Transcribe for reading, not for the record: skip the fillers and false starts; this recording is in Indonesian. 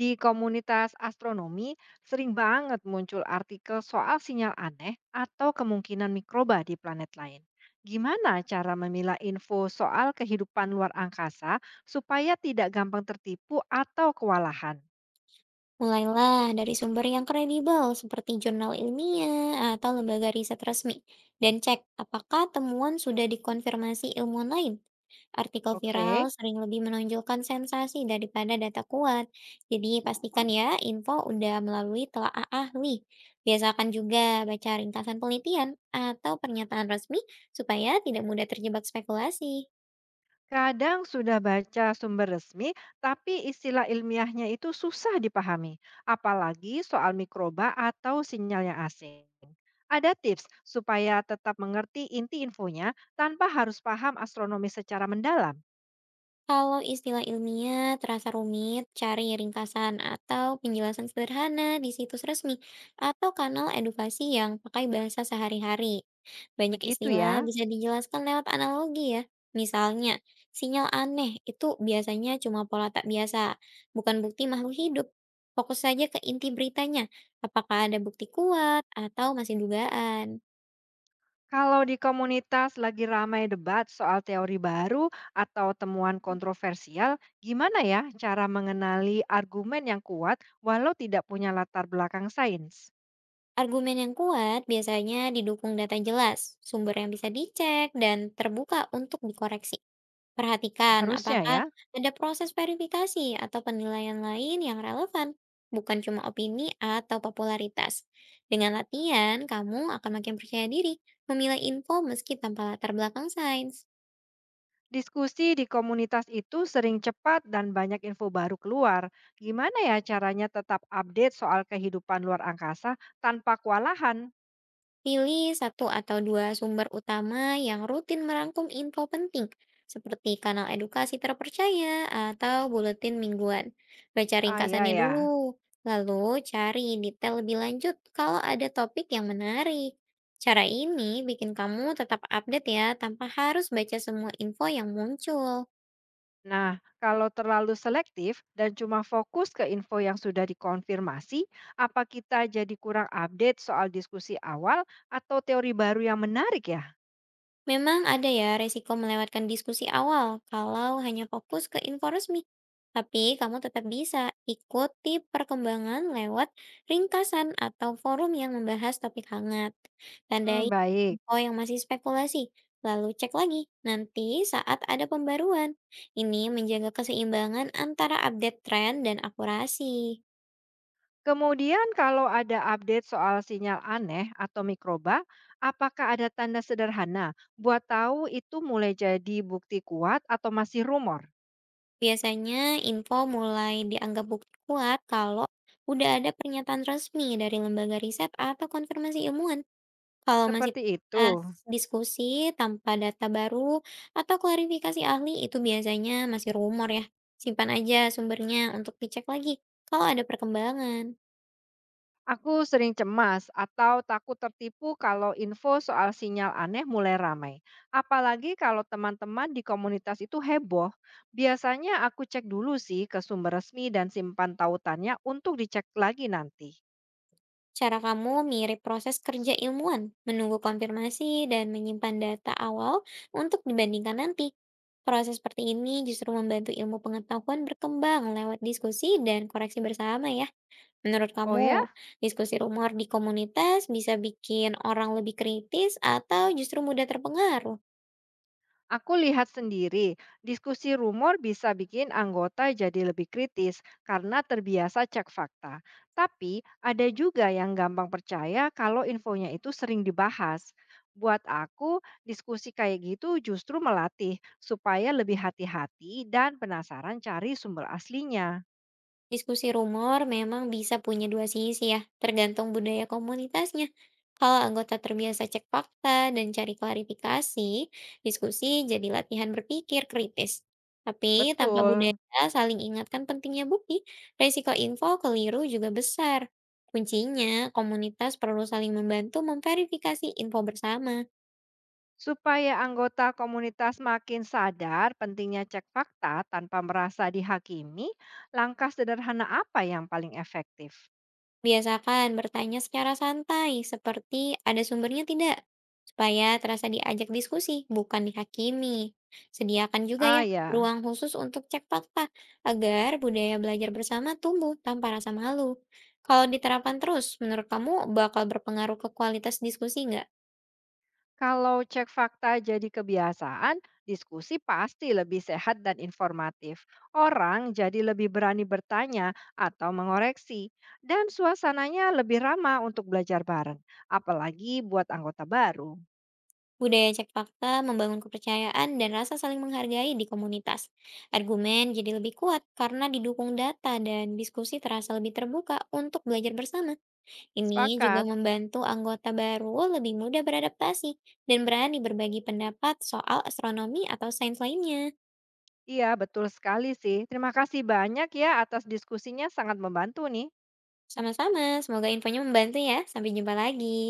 Di komunitas astronomi, sering banget muncul artikel soal sinyal aneh atau kemungkinan mikroba di planet lain. Gimana cara memilah info soal kehidupan luar angkasa supaya tidak gampang tertipu atau kewalahan? Mulailah dari sumber yang kredibel seperti jurnal ilmiah atau lembaga riset resmi dan cek apakah temuan sudah dikonfirmasi ilmuwan lain. Artikel Oke. viral sering lebih menonjolkan sensasi daripada data kuat. Jadi pastikan ya info udah melalui telaah ahli. Biasakan juga baca ringkasan penelitian atau pernyataan resmi supaya tidak mudah terjebak spekulasi. Kadang sudah baca sumber resmi, tapi istilah ilmiahnya itu susah dipahami, apalagi soal mikroba atau sinyal yang asing. Ada tips supaya tetap mengerti inti infonya tanpa harus paham astronomi secara mendalam. Kalau istilah ilmiah terasa rumit, cari ringkasan atau penjelasan sederhana di situs resmi atau kanal edukasi yang pakai bahasa sehari-hari. Banyak Begitu istilah ya. bisa dijelaskan lewat analogi ya. Misalnya, sinyal aneh itu biasanya cuma pola tak biasa, bukan bukti makhluk hidup. Fokus saja ke inti beritanya, apakah ada bukti kuat atau masih dugaan. Kalau di komunitas lagi ramai debat soal teori baru atau temuan kontroversial, gimana ya cara mengenali argumen yang kuat walau tidak punya latar belakang sains? Argumen yang kuat biasanya didukung data jelas, sumber yang bisa dicek, dan terbuka untuk dikoreksi. Perhatikan Harusnya ya. apakah ada proses verifikasi atau penilaian lain yang relevan, bukan cuma opini atau popularitas. Dengan latihan, kamu akan makin percaya diri memilih info meski tanpa latar belakang sains. Diskusi di komunitas itu sering cepat dan banyak info baru keluar. Gimana ya caranya tetap update soal kehidupan luar angkasa tanpa kewalahan? Pilih satu atau dua sumber utama yang rutin merangkum info penting, seperti kanal edukasi terpercaya atau buletin mingguan. Baca Ah, ya, ringkasannya ya. dulu, lalu cari detail lebih lanjut kalau ada topik yang menarik. Cara ini bikin kamu tetap update ya, tanpa harus baca semua info yang muncul. Nah, kalau terlalu selektif dan cuma fokus ke info yang sudah dikonfirmasi, apa kita jadi kurang update soal diskusi awal atau teori baru yang menarik ya? Memang ada ya resiko melewatkan diskusi awal kalau hanya fokus ke info resmi. Tapi kamu tetap bisa ikuti perkembangan lewat ringkasan atau forum yang membahas topik hangat. Hmm, Tandai baik. info yang masih spekulasi, lalu cek lagi nanti saat ada pembaruan. Ini menjaga keseimbangan antara update tren dan akurasi. Kemudian kalau ada update soal sinyal aneh atau mikroba, apakah ada tanda sederhana buat tahu itu mulai jadi bukti kuat atau masih rumor? Biasanya info mulai dianggap bukti kuat kalau udah ada pernyataan resmi dari lembaga riset atau konfirmasi ilmuwan. Kalau masih Seperti itu. terbatas diskusi tanpa data baru atau klarifikasi ahli itu biasanya masih rumor ya. Simpan aja sumbernya untuk dicek lagi kalau ada perkembangan. Aku sering cemas atau takut tertipu kalau info soal sinyal aneh mulai ramai. Apalagi kalau teman-teman di komunitas itu heboh. Biasanya aku cek dulu sih ke sumber resmi dan simpan tautannya untuk dicek lagi nanti. Cara kamu mirip proses kerja ilmuwan, menunggu konfirmasi dan menyimpan data awal untuk dibandingkan nanti. Proses seperti ini justru membantu ilmu pengetahuan berkembang lewat diskusi dan koreksi bersama ya. Menurut Oh ya, kamu, diskusi rumor di komunitas bisa bikin orang lebih kritis atau justru mudah terpengaruh? aku lihat sendiri, diskusi rumor bisa bikin anggota jadi lebih kritis karena terbiasa cek fakta. Tapi ada juga yang gampang percaya kalau infonya itu sering dibahas. Buat aku, diskusi kayak gitu justru melatih supaya lebih hati-hati dan penasaran cari sumber aslinya. Diskusi rumor memang bisa punya dua sisi ya, tergantung budaya komunitasnya. Kalau anggota terbiasa cek fakta dan cari klarifikasi, diskusi jadi latihan berpikir kritis. Tapi tanpa Betul. budaya saling ingatkan pentingnya bukti, resiko info keliru juga besar. Kuncinya, komunitas perlu saling membantu memverifikasi info bersama. Supaya anggota komunitas makin sadar pentingnya cek fakta tanpa merasa dihakimi, langkah sederhana apa yang paling efektif? Biasakan bertanya secara santai, seperti ada sumbernya tidak, supaya terasa diajak diskusi, bukan dihakimi. Sediakan juga Ah ya ya, ruang khusus untuk cek fakta, agar budaya belajar bersama tumbuh tanpa rasa malu. Kalau diterapkan terus, menurut kamu bakal berpengaruh ke kualitas diskusi nggak? kalau cek fakta jadi kebiasaan, diskusi pasti lebih sehat dan informatif. Orang jadi lebih berani bertanya atau mengoreksi, dan suasananya lebih ramah untuk belajar bareng, apalagi buat anggota baru. Budaya cek fakta membangun kepercayaan dan rasa saling menghargai di komunitas. Argumen jadi lebih kuat karena didukung data dan diskusi terasa lebih terbuka untuk belajar bersama. Ini juga Sepakat. membantu anggota baru lebih mudah beradaptasi dan berani berbagi pendapat soal astronomi atau sains lainnya. Iya, betul sekali sih. Terima kasih banyak ya atas diskusinya, sangat membantu nih. Sama-sama, semoga infonya membantu ya. Sampai jumpa lagi.